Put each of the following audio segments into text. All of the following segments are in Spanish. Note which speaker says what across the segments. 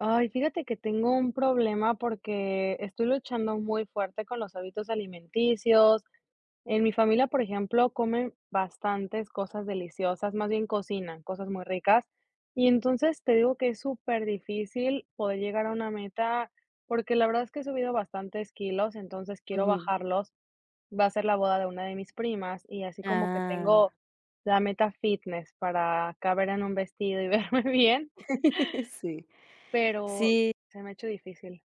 Speaker 1: Ay, fíjate que tengo un problema porque estoy luchando muy fuerte con los hábitos alimenticios. En mi familia, por ejemplo, comen bastantes cosas deliciosas, más bien cocinan cosas muy ricas. Y entonces te digo que es súper difícil poder llegar a una meta porque la verdad es que he subido bastantes kilos, entonces quiero
Speaker 2: Ujú.
Speaker 1: bajarlos. Va a ser la boda de una de mis primas y así como que
Speaker 2: Ah,
Speaker 1: tengo la meta fitness para caber en un vestido y verme bien,
Speaker 2: sí.
Speaker 1: pero
Speaker 2: Sí,
Speaker 1: se me ha hecho difícil.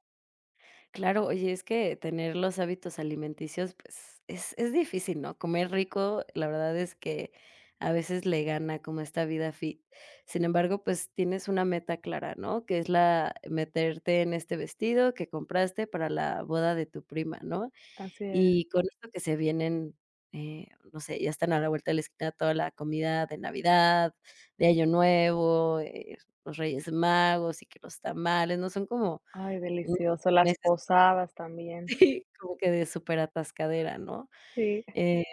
Speaker 2: claro. Oye, es que tener los hábitos alimenticios, pues, es difícil, ¿no? Comer rico, la verdad es que a veces le gana como esta vida fit. Sin embargo, pues, tienes una meta clara, ¿no? Que es la meterte en este vestido que compraste para la boda de tu prima, ¿no?
Speaker 1: Así es.
Speaker 2: Y con esto que se vienen, no sé, ya están a la vuelta de la esquina toda la comida de Navidad, de Año Nuevo, los Reyes Magos y que los tamales, ¿no? Son como
Speaker 1: Ay,
Speaker 2: unos
Speaker 1: delicioso.
Speaker 2: 2
Speaker 1: Las
Speaker 2: meses.
Speaker 1: posadas también.
Speaker 2: Sí, como que de superatascadera, ¿no?
Speaker 1: Sí.
Speaker 2: Eh,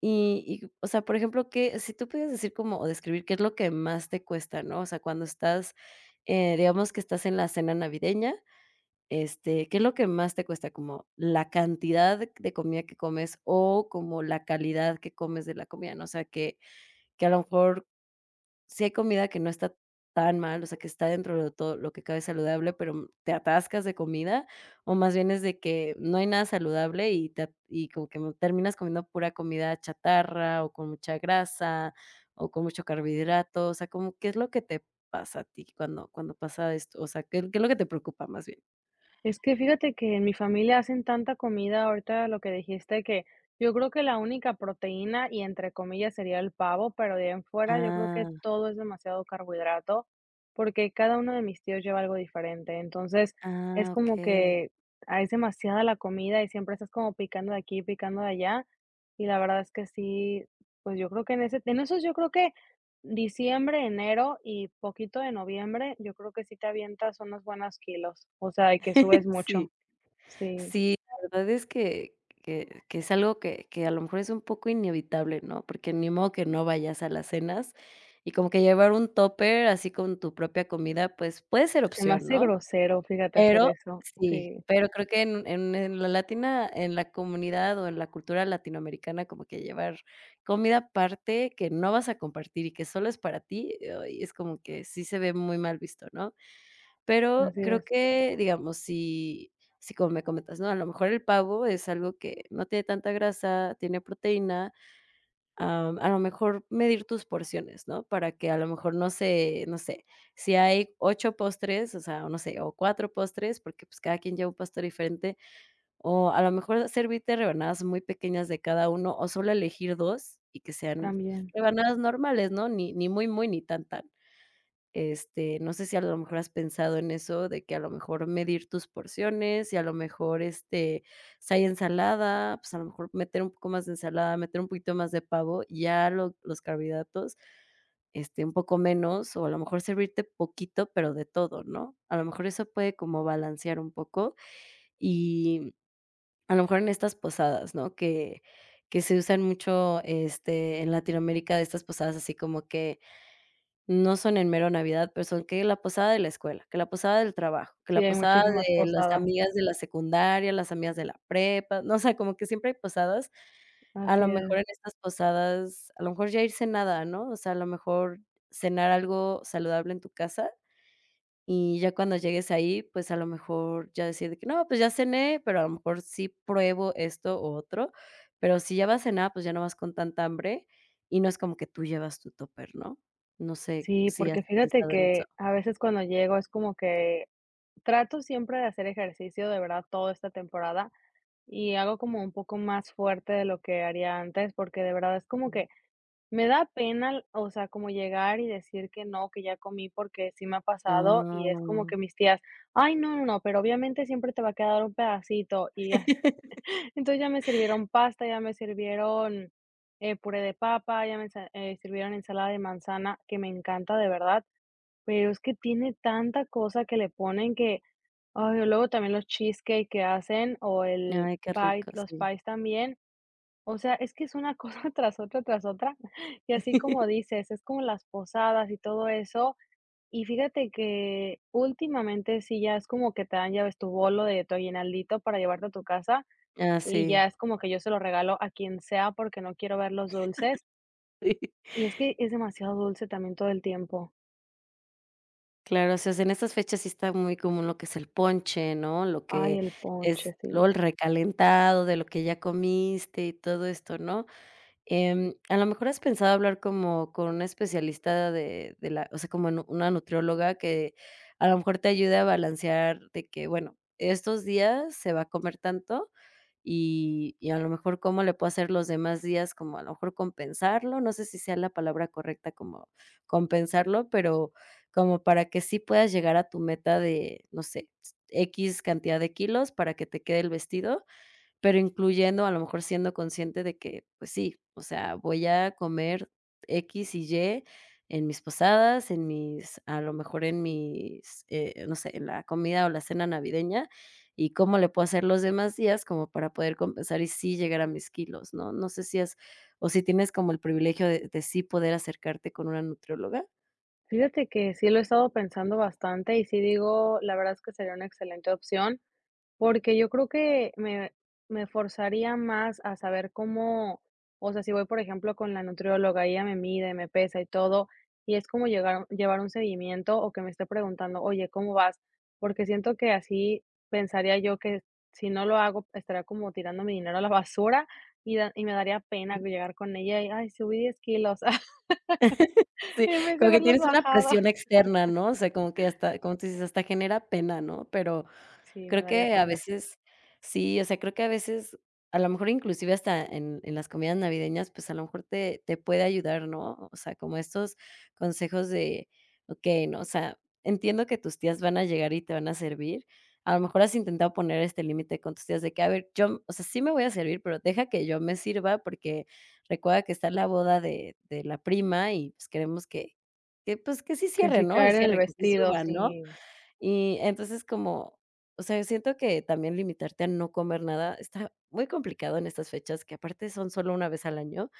Speaker 2: y, o sea, por ejemplo, que si tú pudieras decir como o describir qué es lo que más te cuesta, ¿no? O sea, cuando estás, digamos que estás en la cena navideña este, ¿qué es lo que más te cuesta? ¿Como la cantidad de comida que comes o como la calidad que comes de la comida? ¿No? O sea, que a lo mejor sí hay comida que no está tan mal, o sea, que está dentro de todo lo que cabe saludable, pero te atascas de comida, o más bien es de que no hay nada saludable y y como que terminas comiendo pura comida chatarra o con mucha grasa o con mucho carbohidrato, o sea, como, ¿qué es lo que te pasa a ti cuando pasa esto? O sea, ¿qué es lo que te preocupa más bien?
Speaker 1: Es que fíjate que en mi familia hacen tanta comida, ahorita lo que dijiste, que yo creo que la única proteína y entre comillas sería el pavo, pero de ahí en fuera yo creo que
Speaker 2: Ah.
Speaker 1: todo es demasiado carbohidrato, porque cada uno de mis tíos lleva algo diferente. Entonces, es
Speaker 2: Ah,
Speaker 1: como
Speaker 2: okey.
Speaker 1: que, ah, es demasiada la comida y siempre estás como picando de aquí, picando de allá. Y la verdad es que sí, pues yo creo que en ese, en esos yo creo que diciembre, enero y poquito de noviembre, yo creo que sí te avientas unos buenos kilos, o sea, de que subes mucho.
Speaker 2: Sí.
Speaker 1: Sí,
Speaker 2: Sí, la verdad es que que es algo que a lo mejor es un poco inevitable, ¿no? Porque ni modo que no vayas a las cenas y como que llevar un tóper así con tu propia comida, pues, puede ser
Speaker 1: se me
Speaker 2: opción,
Speaker 1: hace
Speaker 2: ¿no?
Speaker 1: grosero, fíjate, hacer
Speaker 2: Pero
Speaker 1: eso.
Speaker 2: sí,
Speaker 1: Sí,
Speaker 2: pero creo que en la latina en la comunidad o en la cultura latinoamericana, como que llevar comida aparte que no vas a compartir y que solo es para ti, ay, es como que sí se ve muy mal visto, ¿no? Pero
Speaker 1: así
Speaker 2: creo
Speaker 1: es,
Speaker 2: que, digamos, si como me comentas, ¿no? A lo mejor el pavo es algo que no tiene tanta grasa, tiene proteína, a lo mejor medir tus porciones, ¿no? Para que a lo mejor no se no sé, si hay 8 postres, o sea, o no sé, o 4 postres, porque, pues, cada quien lleva un postre diferente, o a lo mejor servirte rebanadas muy pequeñas de cada uno, o solo elegir 2 y que sean pues,
Speaker 1: también.
Speaker 2: rebanadas normales, ¿no? Ni ni muy, muy, ni tan, tan. Este, no sé si a lo mejor has pensado en eso, de que a lo mejor medir tus porciones y a lo mejor, este, si hay ensalada, pues, a lo mejor meter un poco más de ensalada, meter un poquito más de pavo, y ya lo los carbohidratos, este, un poco menos, o a lo mejor servirte poquito, pero de todo, ¿no? A lo mejor eso puede como balancear un poco y a lo mejor en estas posadas, ¿no? Que se usan mucho, este, en Latinoamérica de estas posadas así como que no son en mero Navidad, pero son que la posada de la escuela, que la posada del trabajo, que
Speaker 1: Sí,
Speaker 2: la
Speaker 1: hay
Speaker 2: posada
Speaker 1: muchísimas
Speaker 2: de las
Speaker 1: posadas.
Speaker 2: amigas de la secundaria, las amigas de la prepa, no, o sea, como que siempre hay posadas. A
Speaker 1: Así
Speaker 2: lo
Speaker 1: es.
Speaker 2: mejor en estas posadas, a lo mejor ya ir cenada, ¿no? O sea, a lo mejor cenar algo saludable en tu casa y ya cuando llegues ahí, pues, a lo mejor ya decir de que: "No, pues, ya cené, pero a lo mejor sí pruebo esto u otro", pero si ya vas a cenar, pues, ya no vas con tanta hambre y no es como que tú llevas tu tóper, ¿no? No sé
Speaker 1: Sí,
Speaker 2: si has
Speaker 1: porque fíjate
Speaker 2: pensado en eso.
Speaker 1: que a veces cuando llego es como que trato siempre de hacer ejercicio, de verdad, toda esta temporada y hago como un poco más fuerte de lo que haría antes, porque de verdad es como
Speaker 2: Ujú.
Speaker 1: que me da pena, o sea, como llegar y decir que no, que ya comí, porque sí me ha pasado y es como que
Speaker 2: Ah.
Speaker 1: mis tías: "Ay, no, no, no, pero obviamente siempre te va a quedar un pedacito", y as entonces ya me sirvieron pasta, ya me sirvieron, puré de papa, ya me ensa sirvieron ensalada de manzana, que me encanta, de verdad, pero es que tiene tanta cosa que le ponen que, ay, luego también los cheesecake que hacen o el
Speaker 2: Ay, qué
Speaker 1: pie
Speaker 2: rico,
Speaker 1: los
Speaker 2: sí.
Speaker 1: pies también, o sea, es que es una cosa tras otra, tras otra. Y así como dices, es como las posadas y todo eso. Y fíjate que últimamente sí ya es como que te dan, ya ves, tu bolo de tu aguinaldito para llevarte a tu casa
Speaker 2: Ah,
Speaker 1: y
Speaker 2: sí.
Speaker 1: ya es como que yo se lo regalo a quien sea porque no quiero ver los dulces.
Speaker 2: Sí.
Speaker 1: Y es que es demasiado dulce también todo el tiempo.
Speaker 2: Claro, o sea, en estas fechas sí está muy común lo que es el ponche, ¿no? Lo
Speaker 1: Ay,
Speaker 2: que
Speaker 1: el
Speaker 2: es
Speaker 1: ponche,
Speaker 2: luego
Speaker 1: sí.
Speaker 2: el recalentado de lo que ya comiste y todo esto, ¿no? A lo mejor has pensado hablar como con una especialista de la o sea, como en una nutrióloga que a lo mejor te ayude a balancear de que, bueno, estos días se va a comer tanto y a lo mejor cómo le puedo hacer los demás días, como a lo mejor compensarlo, no sé si sea la palabra correcta como compensarlo, pero como para que sí puedas llegar a tu meta de, no sé, x cantidad de kilos para que te quede el vestido pero incluyendo, a lo mejor siendo consciente de que, pues sí, o sea, voy a comer X y Y en mis posadas, en mis a lo mejor en mis, no sé, en la comida o la cena navideña, y cómo le puedo hacer los demás días como para poder compensar y sí llegar a mis kilos, ¿no? No sé si has o si tienes como el privilegio de sí poder acercarte con una nutrióloga.
Speaker 1: Fíjate que sí lo he estado pensando bastante y sí digo, la verdad es que sería una excelente opción. Porque yo creo que me forzaría más a saber cómo, o sea, si voy, por ejemplo, con la nutrióloga, ella me mide, me pesa y todo, y es como llegar llevar un seguimiento o que me esté preguntando: "Oye, ¿cómo vas?". Porque siento que así pensaría yo que si no lo hago, estaría como tirando mi dinero a la basura y me daría pena llegar con ella y: "Ay, subí 10 kilos",
Speaker 2: Sí,
Speaker 1: en vez de
Speaker 2: como que
Speaker 1: haberlos
Speaker 2: tienes una
Speaker 1: bajado.
Speaker 2: presión externa, ¿no? O sea, como que hasta, como tú dices, hasta genera pena, ¿no? Pero
Speaker 1: Sí, me
Speaker 2: creo
Speaker 1: daría
Speaker 2: que a
Speaker 1: pena.
Speaker 2: veces sí, o sea, creo que a veces, a lo mejor inclusive hasta en las comidas navideñas, pues, a lo mejor te puede ayudar, ¿no? O sea, como estos consejos de, okey, ¿no? O sea, entiendo que tus tías van a llegar y te van a servir. A lo mejor has intentado poner este límite con tus tías de que, a ver, yo, o sea, sí me voy a servir, pero deja que yo me sirva, porque recuerda que está la boda de la prima y, pues, queremos que, pues, que sí
Speaker 1: Que
Speaker 2: cierre,
Speaker 1: si
Speaker 2: ¿no? El
Speaker 1: caer en el
Speaker 2: cierre, que sí
Speaker 1: vestido,
Speaker 2: suba, ¿no?
Speaker 1: sí,
Speaker 2: Y entonces como, o sea, yo siento que también limitarte a no comer nada está muy complicado en estas fechas, que aparte son solo una vez al año,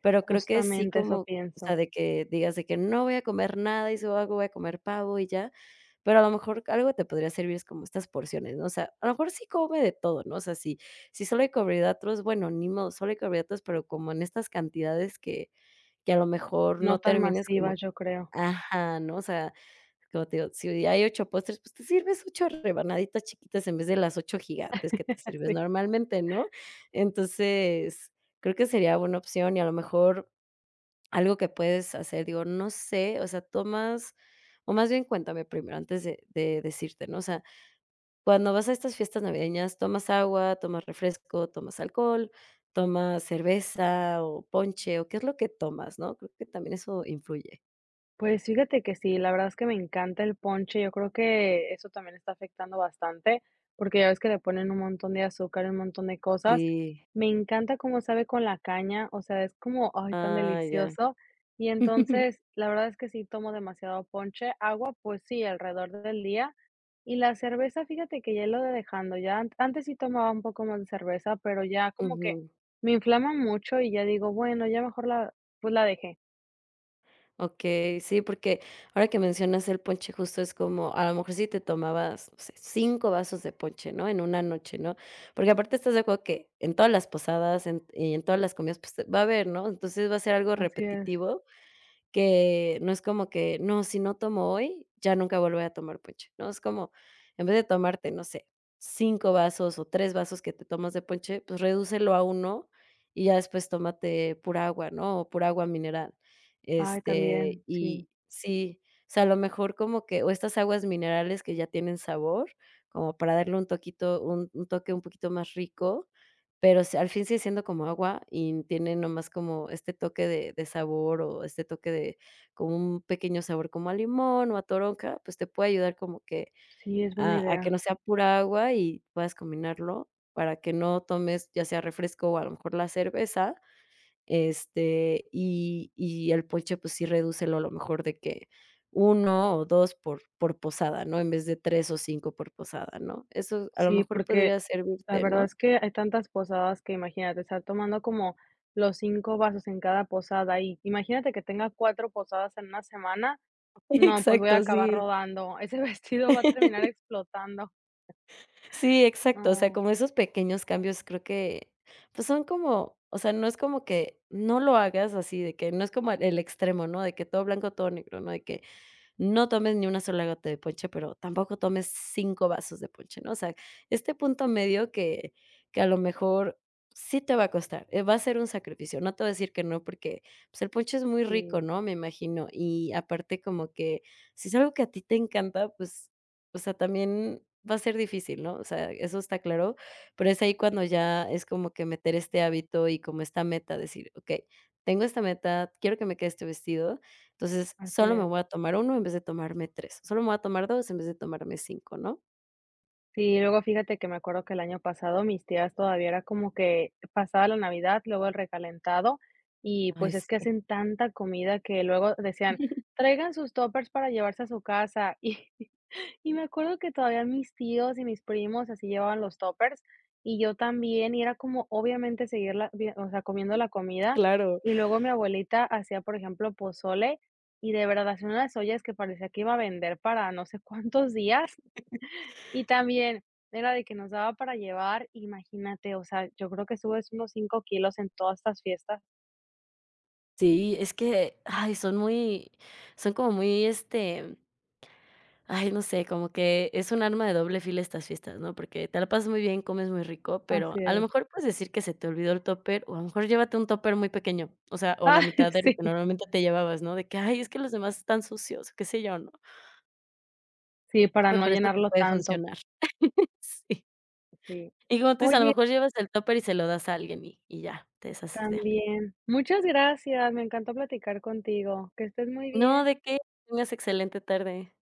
Speaker 2: pero creo que sí
Speaker 1: justamente eso
Speaker 2: como, o sea,
Speaker 1: pienso.
Speaker 2: de que digas de que no voy a comer nada y si hago voy a comer pavo y ya, pero a lo mejor algo te podría servir es como estas porciones, ¿no? O sea, a lo mejor sí come de todo, ¿no? O sea, si, si solo hay carbohidratos, bueno, ni modo, solo hay carbohidratos, pero como en estas cantidades que a lo mejor
Speaker 1: No
Speaker 2: no
Speaker 1: tan
Speaker 2: termines como
Speaker 1: masivas, yo creo.
Speaker 2: Ajá, ¿no? O sea, como te digo, si hay 8 postres, pues te sirves 8 rebanaditas chiquitas en vez de las 8 gigantes que te sirves normalmente, ¿no? Entonces, creo que sería buena opción y a lo mejor algo que puedes hacer, digo, no sé, o sea, tomas o más bien cuéntame primero antes de decirte, ¿no? O sea, cuando vas a estas fiestas navideñas, ¿tomas agua, tomas refresco, tomas alcohol, tomas cerveza o ponche, o qué es lo que tomas, no? Creo que también eso influye.
Speaker 1: Pues fíjate que sí, la verdad es que me encanta el ponche, yo creo que eso también está afectando bastante, porque ya ves que le ponen un montón de azúcar, un montón de cosas.
Speaker 2: Sí.
Speaker 1: Me encanta cómo sabe con la caña, o sea, es como, ay, tan
Speaker 2: Ah, ya.
Speaker 1: delicioso. Y entonces, la verdad es que sí tomo demasiado ponche, agua, pues sí, alrededor del día. Y la cerveza, fíjate que ya lo de dejando, ya antes sí tomaba un poco más de cerveza, pero ya como que
Speaker 2: Ujú.
Speaker 1: me inflama mucho y ya digo, bueno, pues la dejé.
Speaker 2: Okey, sí, porque ahora que mencionas el ponche, justo es como, a lo mejor si te tomabas, no sé, 5 vasos de ponche, ¿no? En una noche, ¿no? Porque aparte estás de acuerdo que en todas las posadas en y en todas las comidas, pues, va a haber, ¿no? Entonces va a ser algo
Speaker 1: Así es.
Speaker 2: repetitivo que no es como que, no, si no tomo hoy, ya nunca volveré a tomar ponche, ¿no? Es como, en vez de tomarte, no sé, 5 vasos o 3 vasos que te tomas de ponche, pues redúcelo a uno y ya después tómate pura agua, ¿no? O pura agua mineral.
Speaker 1: Ay,
Speaker 2: Este,
Speaker 1: también, sí,
Speaker 2: y sí, o sea, a lo mejor como que o estas aguas minerales que ya tienen sabor, como para darle un toquito un toque un poquito más rico, pero s al fin sigue siendo como agua y tiene nomás como este toque de sabor o este toque de como un pequeño sabor como a limón o a toronja, pues te puede ayudar como que
Speaker 1: sí, es buena
Speaker 2: a que
Speaker 1: idea.
Speaker 2: no sea pura agua y puedas combinarlo para que no tomes ya sea refresco o a lo mejor la cerveza, este, y el ponche, pues sí redúcelo a lo mejor de que uno o 2 por posada, ¿no? En vez de 3 o 5 por posada, ¿no? Eso a lo
Speaker 1: Sí,
Speaker 2: mejor
Speaker 1: porque
Speaker 2: podría
Speaker 1: la
Speaker 2: servirte,
Speaker 1: verdad
Speaker 2: ¿no?
Speaker 1: es que hay tantas posadas que imagínate, estar tomando como los 5 vasos en cada posada y imagínate que tenga 4 posadas en una semana, no, pues voy a
Speaker 2: Exacto,
Speaker 1: acabar
Speaker 2: sí.
Speaker 1: rodando, ese vestido va a terminar explotando.
Speaker 2: Sí, exacto, o sea,
Speaker 1: No,
Speaker 2: como esos pequeños cambios creo que, pues, son como, o sea, no es como que no lo hagas así de que no es como el extremo, ¿no? De que todo blanco, todo negro, ¿no? De que no tomes ni una sola gota de ponche, pero tampoco tomes 5 vasos de ponche, ¿no? O sea, este punto medio que a lo mejor sí te va a costar, va a ser un sacrificio. No te voy a decir que no, porque, pues, el ponche es muy rico,
Speaker 1: sí,
Speaker 2: ¿no? Me imagino. Y aparte como que si es algo que a ti te encanta, pues, o sea, también va a ser difícil, ¿no? O sea, eso está claro, pero es ahí cuando ya es como que meter este hábito y como esta meta, decir: "Okey, tengo esta meta, quiero que me quede este vestido, entonces,
Speaker 1: así
Speaker 2: solo me
Speaker 1: es.
Speaker 2: voy a tomar uno en vez de tomarme 3, solo me voy a tomar 2 en vez de tomarme cinco, ¿no?
Speaker 1: Sí, luego fíjate que me acuerdo que el año pasado mis tías todavía era como que pasaba la Navidad, luego el recalentado, y
Speaker 2: Ay,
Speaker 1: pues es
Speaker 2: sí.
Speaker 1: que hacen tanta comida que luego decían, traigan sus toppers para llevarse a su casa. Y me acuerdo que todavía mis tíos y mis primos así llevaban los toppers y yo también, y era como obviamente seguir o sea, comiendo la comida.
Speaker 2: Claro.
Speaker 1: Y luego mi abuelita hacía, por ejemplo, pozole, y de verdad hacía unas ollas que parecía que iba a vender para no sé cuántos días. Y también era de que nos daba para llevar, imagínate, o sea, yo creo que subes unos 5 kilos en todas estas fiestas.
Speaker 2: Sí, es que, ay, son muy son como muy, este, ay, no sé, como que es un arma de doble filo estas fiestas, ¿no? Porque te la pasas muy bien, comes muy rico, pero
Speaker 1: Así
Speaker 2: a lo
Speaker 1: es.
Speaker 2: mejor puedes decir que se te olvidó el topper o a lo mejor llévate un topper muy pequeño, o sea, o la
Speaker 1: Ay,
Speaker 2: mitad de lo
Speaker 1: sí,
Speaker 2: que normalmente te llevabas, ¿no? De que: "Ay, es que los demás están sucios", qué sé yo, ¿no?
Speaker 1: sí, para
Speaker 2: A lo
Speaker 1: no
Speaker 2: mejor esto te
Speaker 1: llenarlo
Speaker 2: puede
Speaker 1: tanto,
Speaker 2: funcionar. Sí.
Speaker 1: sí.
Speaker 2: Y como tú dices, a lo
Speaker 1: Oye,
Speaker 2: mejor llevas el tóper y se lo das a alguien y ya, te deshaces de algo.
Speaker 1: también, muchas gracias, me encantó platicar contigo, que estés muy
Speaker 2: No,
Speaker 1: bien.
Speaker 2: ¿de qué? Que tengas excelente tarde.